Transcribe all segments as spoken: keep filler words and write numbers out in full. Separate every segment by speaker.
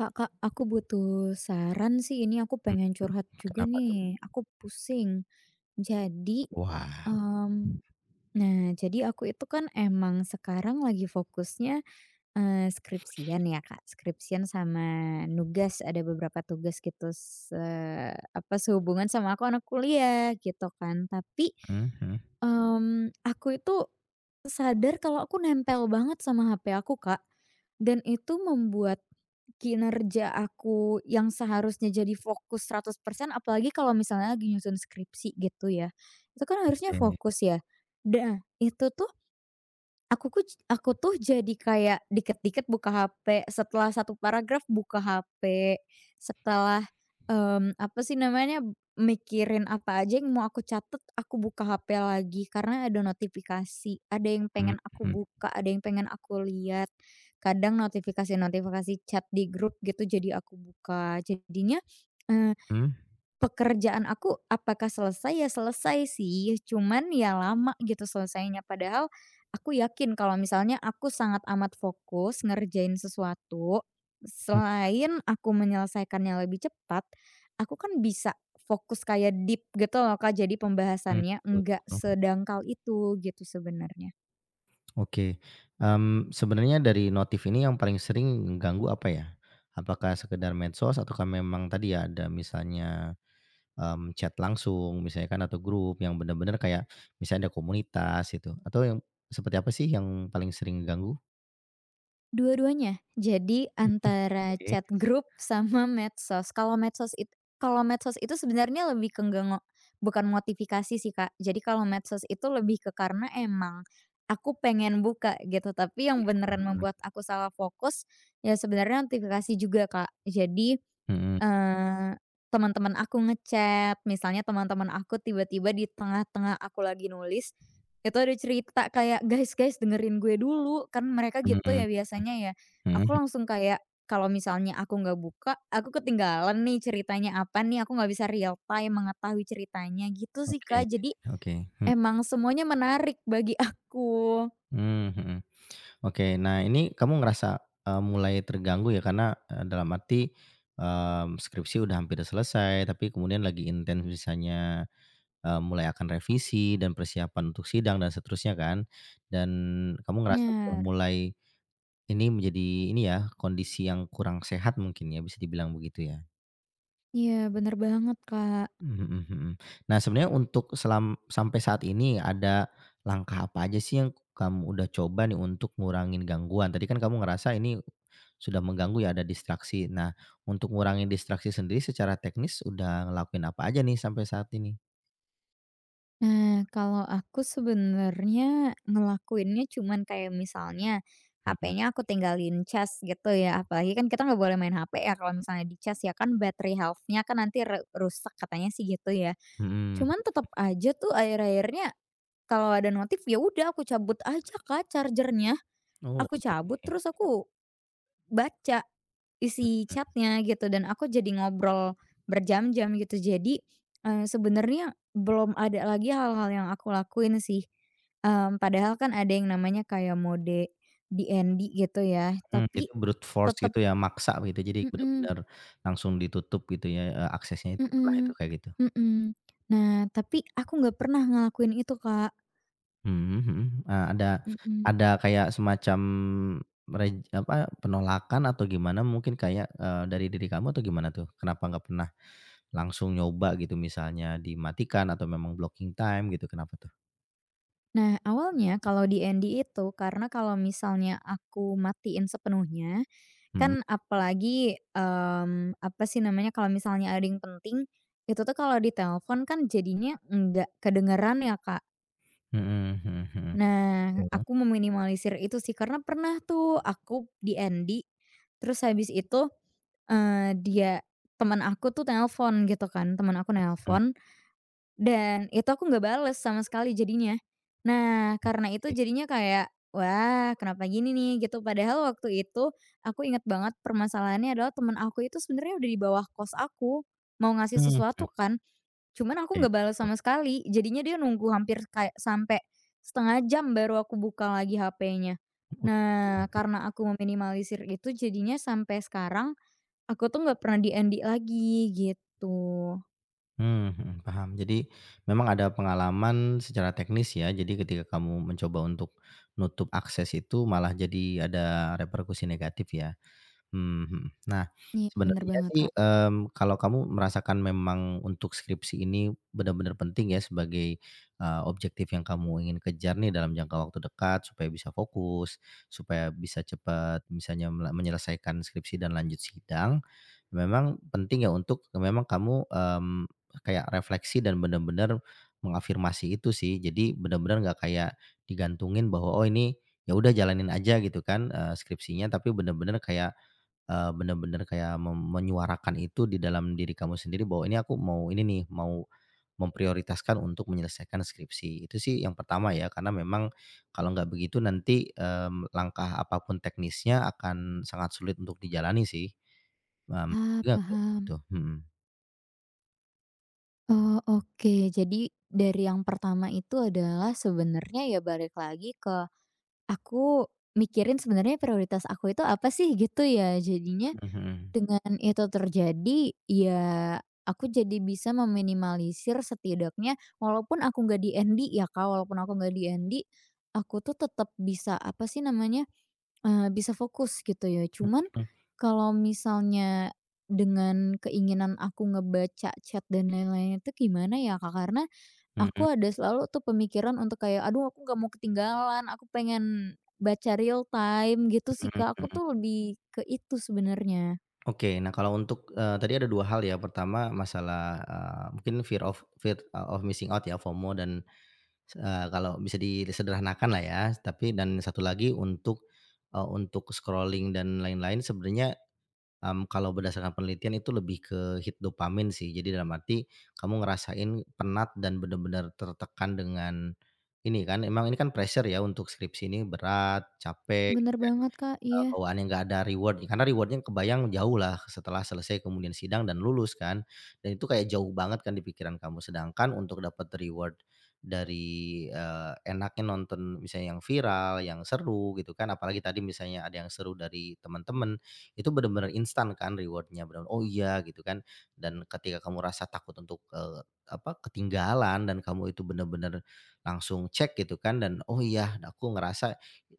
Speaker 1: Kak Kak, aku butuh saran sih, ini aku pengen curhat juga
Speaker 2: Kenapa tuh?
Speaker 1: nih, aku pusing. Jadi,
Speaker 2: Wah.
Speaker 1: mmm, nah jadi aku itu kan emang sekarang lagi fokusnya, eee, skripsian ya Kak, skripsian sama nugas, ada beberapa tugas gitu se apa, sehubungan sama aku anak kuliah gitu kan. Tapi,
Speaker 2: Mhm.
Speaker 1: mmm, aku itu sadar kalau aku nempel banget sama H P aku, Kak, dan itu membuat kinerja aku yang seharusnya jadi fokus seratus persen, apalagi kalau misalnya lagi nyusun skripsi gitu ya, itu kan harusnya
Speaker 2: Oke. Mhm
Speaker 1: fokus ya. Nah, itu tuh Aku ku aku tuh jadi kayak dikit-dikit buka H P, setelah satu paragraf buka H P, setelah, mmm, apa sih namanya, mikirin apa aja yang mau aku catat, aku buka H P lagi karena ada notifikasi, ada yang pengen aku buka, ada yang pengen aku lihat. Kadang notifikasi-notifikasi chat di grup gitu jadi aku buka, jadinya, eee
Speaker 2: mhm.
Speaker 1: Pekerjaan aku apakah selesai? Ya selesai sih, cuman ya lama gitu selesainya. Padahal aku yakin kalau misalnya aku sangat amat fokus ngerjain sesuatu, selain aku menyelesaikannya lebih cepat, aku kan bisa fokus kayak deep gitu loh Kak, jadi
Speaker 2: Mhm.
Speaker 1: pembahasannya
Speaker 2: Betul,
Speaker 1: enggak
Speaker 2: betul.
Speaker 1: sedangkal itu gitu sebenarnya.
Speaker 2: Oke, mmm, sebenarnya dari notif ini yang paling sering ganggu apa ya? Apakah sekedar medsos ataukah memang tadi ya ada misalnya, mmm, chat langsung misalnya kan atau grup yang benar-benar kayak misalnya ada komunitas gitu atau yang seperti apa sih yang paling sering ganggu?
Speaker 1: Dua-duanya. Jadi
Speaker 2: Mhm.
Speaker 1: antara
Speaker 2: Oke.
Speaker 1: chat grup sama medsos. Kalau medsos itu kalau medsos itu sebenarnya lebih ke nggak ngo bukan notifikasi sih, Kak. Jadi kalau medsos itu lebih ke karena emang aku pengen buka gitu, tapi yang beneran membuat
Speaker 2: Mhm
Speaker 1: aku salah fokus, ya sebenarnya notifikasi juga, Kak. Jadi
Speaker 2: mhm
Speaker 1: Eee, teman-teman aku nge-chat, misalnya teman-teman aku tiba-tiba di tengah-tengah aku lagi nulis, itu ada cerita kayak, "Guys guys dengerin gue dulu." Kan mereka gitu
Speaker 2: mhm
Speaker 1: ya biasanya ya.
Speaker 2: mhm
Speaker 1: Aku
Speaker 2: mhm.
Speaker 1: langsung kayak kalau misalnya aku nggak buka, aku ketinggalan nih ceritanya apa nih, aku nggak bisa real time mengetahui ceritanya gitu sih,
Speaker 2: Oke,
Speaker 1: Kak. Jadi
Speaker 2: oke.
Speaker 1: emang semuanya menarik bagi aku.
Speaker 2: Mhm mhm. Oke, nah ini kamu ngerasa, eee, mulai terganggu ya karena, eee, dalam arti, mmm, skripsi udah hampir selesai tapi kemudian lagi intens misalnya, eee, mulai akan revisi dan persiapan untuk sidang dan seterusnya kan, dan kamu ngerasa udah
Speaker 1: Bener.
Speaker 2: mulai ini menjadi ini ya, kondisi yang kurang sehat mungkin ya, bisa dibilang begitu ya?
Speaker 1: Iya bener banget, Kak.
Speaker 2: Mhm mhm mhm. Nah, sebenarnya untuk selam sampai saat ini ada langkah apa aja sih yang kamu udah coba nih untuk ngurangin gangguan? Tadi kan kamu ngerasa ini sudah mengganggu ya, ada distraksi. Nah, untuk ngurangin distraksi sendiri secara teknis udah ngelakuin apa aja nih sampai saat ini?
Speaker 1: Nah, kalau aku sebenarnya ngelakuinnya cuman kayak misalnya
Speaker 2: Mhm
Speaker 1: H P-nya aku tinggalin cas gitu ya, apalagi kan kita nggak boleh main H P ya kalau misalnya di cas ya kan battery health-nya kan nanti re- rusak katanya sih gitu ya.
Speaker 2: mhm.
Speaker 1: Cuman tetap aja tuh akhir-akhirnya kalau ada notif ya udah aku cabut aja kak chargernya,
Speaker 2: Oh,
Speaker 1: aku
Speaker 2: oke.
Speaker 1: cabut terus aku baca isi chatnya gitu dan aku jadi ngobrol berjam-jam gitu. Jadi, eee, sebenarnya belum ada lagi hal-hal yang aku lakuin sih, mmm, padahal kan ada yang namanya kayak mode D N D gitu ya,
Speaker 2: Mmm, itu
Speaker 1: tapi
Speaker 2: brute force
Speaker 1: tetep
Speaker 2: gitu ya, maksa gitu. Jadi
Speaker 1: mhm
Speaker 2: benar-benar langsung ditutup gitu ya, eee, aksesnya itu, pernah itu
Speaker 1: mhm
Speaker 2: kayak gitu?
Speaker 1: mhm. Nah, tapi aku nggak pernah ngelakuin itu, Kak.
Speaker 2: Mhm mhm. Eee, ada
Speaker 1: Mhm.
Speaker 2: ada kayak semacam rej apa, penolakan atau gimana mungkin kayak, eee, dari diri kamu atau gimana tuh? Kenapa nggak pernah langsung nyoba gitu misalnya dimatikan atau memang blocking time gitu kenapa tuh?
Speaker 1: Nah, awalnya kalau di D N D itu karena kalau misalnya aku matiin sepenuhnya.
Speaker 2: Mhm.
Speaker 1: Kan apalagi, mmm, apa sih namanya, kalau misalnya ada yang penting, itu tuh kalau ditelepon kan jadinya nggak kedengeran ya, Kak.
Speaker 2: Mhm mhm mhm.
Speaker 1: Nah,
Speaker 2: Betul.
Speaker 1: aku meminimalisir itu sih, karena pernah tuh aku D N D, terus habis itu, eee, dia teman aku tuh telepon gitu kan, teman aku nelpon dan itu aku nggak bales sama sekali jadinya. Nah, karena itu
Speaker 2: Oke.
Speaker 1: jadinya kayak, "Wah, kenapa gini nih?" Gitu. Padahal waktu itu aku ingat banget permasalahannya adalah temen aku itu sebenarnya udah di bawah kos aku, mau ngasih
Speaker 2: Mmm,
Speaker 1: sesuatu kan, cuman aku
Speaker 2: oke.
Speaker 1: nggak bales sama sekali. Jadinya dia nunggu hampir kayak sampai setengah jam baru aku buka lagi H P-nya. Nah, karena aku meminimalisir itu jadinya sampai sekarang aku tuh nggak pernah di lagi gitu.
Speaker 2: Mmm, mhm, paham. Jadi memang ada pengalaman secara teknis ya, jadi ketika kamu mencoba untuk nutup akses itu malah jadi ada reperkusi negatif ya? Mmm, mhm. Nah,
Speaker 1: Iya, bener
Speaker 2: sebenarnya
Speaker 1: banget,
Speaker 2: sih,
Speaker 1: Kak.
Speaker 2: mmm, kalau kamu merasakan memang untuk skripsi ini benar-benar penting ya sebagai, eee, objektif yang kamu ingin kejar nih dalam jangka waktu dekat supaya bisa fokus, supaya bisa cepat misalnya mela menyelesaikan skripsi dan lanjut sidang, memang penting ya untuk memang kamu, mmm, kayak refleksi dan benar-benar mengafirmasi itu sih. Jadi benar-benar nggak kayak digantungin bahwa, "Oh ini, ya udah jalanin aja," gitu kan, eee, skripsinya, tapi benar-benar kayak eee, bener-bener kayak mem menyuarakan itu di dalam diri kamu sendiri bahwa ini aku mau ini nih, mau memprioritaskan untuk menyelesaikan skripsi. Itu sih yang pertama ya, karena memang kalau nggak begitu nanti, mmm, langkah apapun teknisnya akan sangat sulit untuk dijalani sih. Mmm,
Speaker 1: Ah,
Speaker 2: Juga kalau
Speaker 1: paham.
Speaker 2: gitu, mhm.
Speaker 1: Oh, oke. Jadi dari yang pertama itu adalah sebenarnya ya balik lagi ke aku mikirin sebenarnya prioritas aku itu apa sih gitu ya. Jadinya
Speaker 2: Mhm
Speaker 1: dengan itu terjadi ya aku jadi bisa meminimalisir setidaknya walaupun aku nggak di N D ya Kak, walaupun aku nggak di N D, aku tuh tetap bisa apa sih namanya. Eee, bisa fokus gitu ya. Cuman
Speaker 2: mhm.
Speaker 1: kalau misalnya dengan keinginan aku ngebaca chat dan lain-lain itu gimana ya, Kak? Karena
Speaker 2: Mhm mhm
Speaker 1: aku ada selalu tuh pemikiran untuk kayak, "Aduh aku nggak mau ketinggalan, aku pengen baca real time," gitu sih,
Speaker 2: mhm
Speaker 1: Kak. Aku
Speaker 2: mhm.
Speaker 1: tuh lebih ke itu sebenarnya.
Speaker 2: Oke, nah kalau untuk, eee, tadi ada dua hal ya, pertama masalah, eee, mungkin fear of fear, eh, of missing out ya, FOMO dan, Eee, kalau bisa disederhanakan lah ya, tapi dan satu lagi untuk, eee, untuk scrolling dan lain-lain sebenarnya, mmm, kalau berdasarkan penelitian itu lebih ke hit dopamin sih. Jadi dalam arti kamu ngerasain penat dan benar-benar tertekan dengan ini kan, emang ini kan pressure ya untuk skripsi ini berat, capek.
Speaker 1: Bener banget, Kak.
Speaker 2: Eee,
Speaker 1: Iya.
Speaker 2: bawaan yang nggak ada reward, karena reward-nya kebayang jauh lah setelah selesai kemudian sidang dan lulus kan, dan itu kayak jauh banget kan di pikiran kamu. Sedangkan untuk dapat reward dari, eee, enaknya nonton misalnya yang viral, yang seru gitu kan, apalagi tadi misalnya ada yang seru dari teman-teman, itu bener-bener instan kan reward-nya, bener, "Oh iya," gitu kan. Dan ketika kamu rasa takut untuk, eee, apa, ketinggalan dan kamu itu bener-bener langsung cek gitu kan dan, "Oh iya, aku ngerasa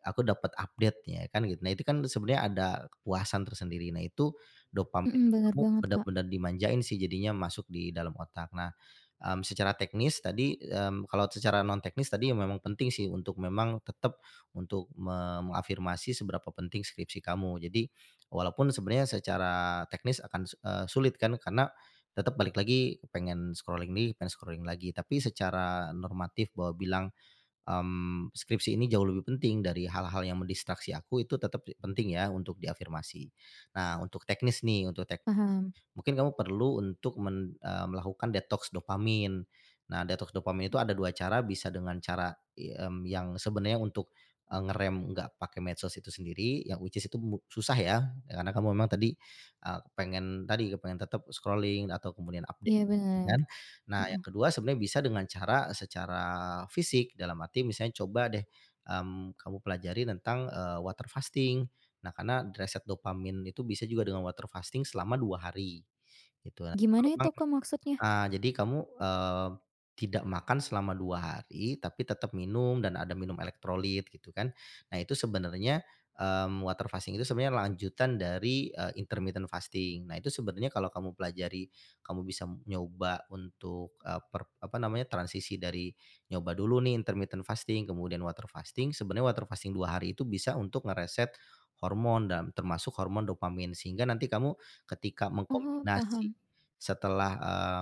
Speaker 2: aku dapat update-nya," kan gitu. Nah itu kan sebenarnya ada kepuasan tersendiri. Nah itu dopamin
Speaker 1: Mhm, bener
Speaker 2: kamu
Speaker 1: banget, Kak.
Speaker 2: benar-benar dimanjain sih jadinya masuk di dalam otak. Nah, mmm, secara teknis tadi, mmm, kalau secara non teknis tadi ya memang penting sih untuk memang tetap untuk me mengafirmasi seberapa penting skripsi kamu. Jadi walaupun sebenarnya secara teknis akan, eee, sulit kan karena tetap balik lagi pengen scrolling nih, pengen scrolling lagi. Tapi secara normatif bahwa bilang mmm, skripsi ini jauh lebih penting dari hal-hal yang mendistraksi aku itu tetap penting ya untuk diafirmasi. Nah untuk teknis nih, untuk tek
Speaker 1: Paham.
Speaker 2: mungkin kamu perlu untuk men eee, melakukan detox dopamin. Nah, detox dopamin itu ada dua cara, bisa dengan cara, i mmm, yang sebenarnya untuk, eee, ngerem nggak pakai medsos itu sendiri, yang which is itu mu susah ya, karena kamu memang tadi, eee, pengen tadi, kepengen tetap scrolling atau kemudian update
Speaker 1: Iya bener.
Speaker 2: kan. Nah,
Speaker 1: Heeh.
Speaker 2: yang kedua sebenarnya bisa dengan cara secara fisik, dalam arti misalnya coba deh, mmm, kamu pelajari tentang, eee, water fasting. Nah, karena reset dopamin itu bisa juga dengan water fasting selama dua hari, gitu. Nah,
Speaker 1: Gimana itu,
Speaker 2: kalau
Speaker 1: Kak, maksudnya?
Speaker 2: Ah, jadi kamu, eee, tidak makan selama dua hari, tapi tetap minum dan ada minum elektrolit gitu kan. Nah itu sebenarnya, mmm, water fasting itu sebenarnya lanjutan dari, eee, intermittent fasting. Nah itu sebenarnya kalau kamu pelajari, kamu bisa nyoba untuk, eee, per apa namanya, transisi dari nyoba dulu nih intermittent fasting, kemudian water fasting, sebenarnya water fasting dua hari itu bisa untuk ngereset hormon dan termasuk hormon dopamin. Sehingga nanti kamu ketika
Speaker 1: Oh,
Speaker 2: mengkombinasi
Speaker 1: paham.
Speaker 2: setelah,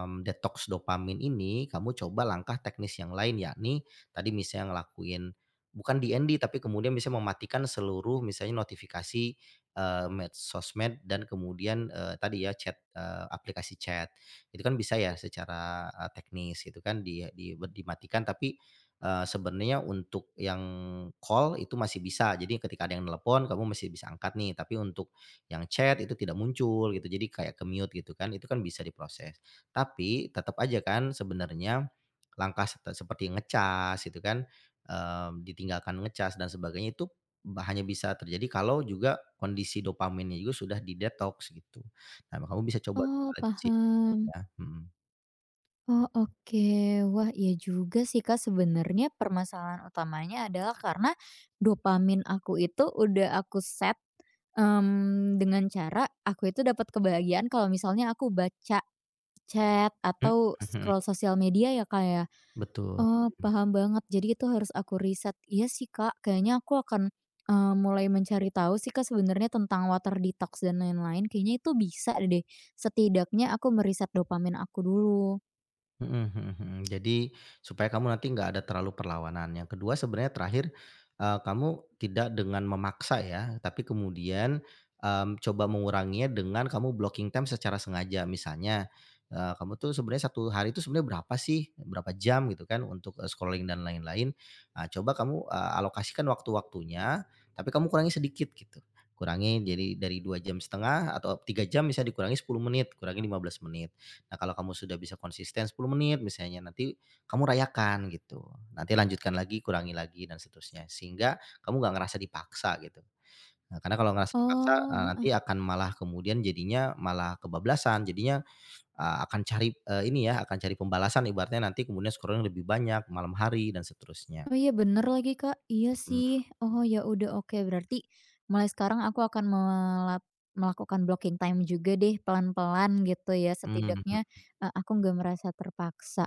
Speaker 2: mmm, detoks dopamin ini, kamu coba langkah teknis yang lain, yakni tadi misalnya ngelakuin bukan D N D, tapi kemudian misalnya mematikan seluruh misalnya notifikasi, eee, med sosmed dan kemudian, eee, tadi ya chat, eee, aplikasi chat. Itu kan bisa ya secara, eee, teknis gitu kan di di dimatikan, tapi, eee, sebenarnya untuk yang call itu masih bisa. Jadi ketika ada yang telepon kamu masih bisa angkat nih, tapi untuk yang chat itu tidak muncul gitu, jadi kayak ke-mute gitu kan, itu kan bisa diproses. Tapi tetap aja kan sebenarnya langkah sete seperti ngecas gitu kan, eee, ditinggalkan ngecas dan sebagainya itu ba hanya bisa terjadi kalau juga kondisi dopaminnya juga sudah di-detox gitu. Nah, kamu bisa coba dua
Speaker 1: Oh,
Speaker 2: hal itu sih,
Speaker 1: paham.
Speaker 2: ya. Mhm.
Speaker 1: Oh, oke. Wah, iya juga sih, Kak. Sebenarnya permasalahan utamanya adalah karena dopamin aku itu udah aku set, mmm, dengan cara aku itu dapat kebahagiaan kalau misalnya aku baca chat
Speaker 2: Mhm
Speaker 1: atau
Speaker 2: mhm,
Speaker 1: scroll sosial media ya, Kak, ya.
Speaker 2: betul.
Speaker 1: Oh, paham banget. Jadi itu harus aku riset. Iya sih, Kak, kayaknya aku akan, eee, mulai mencari tahu sih, Kak, sebenarnya tentang water detox dan lain-lain. Kayaknya itu bisa deh, setidaknya aku meriset dopamin aku dulu.
Speaker 2: Mhm mhm mhm. Jadi supaya kamu nanti nggak ada terlalu perlawanan. Yang kedua sebenarnya terakhir, eee, kamu tidak dengan memaksa ya, tapi kemudian, mmm, coba menguranginya dengan kamu blocking time secara sengaja. Misalnya, eee, kamu tuh sebenarnya satu hari itu sebenarnya berapa sih, berapa jam gitu kan untuk, eee, scrolling dan lain-lain. Nah coba kamu, eee, alokasikan waktu-waktunya, tapi kamu kurangi sedikit gitu. Kurangi jadi dari dua jam setengah atau tiga jam misalnya dikurangi sepuluh menit, kurangi lima belas menit. Nah, kalau kamu sudah bisa konsisten sepuluh menit misalnya, nanti kamu rayakan gitu. Nanti lanjutkan lagi, kurangi lagi dan seterusnya. Sehingga kamu nggak ngerasa dipaksa gitu. Nah, karena kalau ngerasa dipaksa, eee, nanti
Speaker 1: Oh.
Speaker 2: akan malah kemudian jadinya malah kebablasan, jadinya, eee, akan cari, eee, ini ya, akan cari pembalasan ibaratnya nanti kemudian scroll-nya lebih banyak malam hari dan seterusnya.
Speaker 1: Oh iya bener lagi Kak, iya
Speaker 2: Mhm,
Speaker 1: sih. Oh ya udah oke berarti mulai sekarang aku akan melap melakukan blocking time juga deh pelan-pelan gitu ya setidaknya,
Speaker 2: mhm.
Speaker 1: eee, aku nggak merasa terpaksa.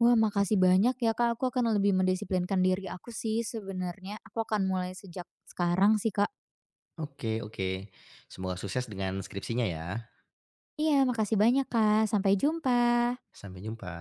Speaker 1: Wah makasih banyak ya Kak, aku akan lebih mendisiplinkan diri aku sih sebenarnya, aku akan mulai sejak sekarang sih Kak.
Speaker 2: Oke oke. Semoga sukses dengan skripsinya ya.
Speaker 1: Iya makasih banyak Kak, sampai jumpa.
Speaker 2: Sampai jumpa.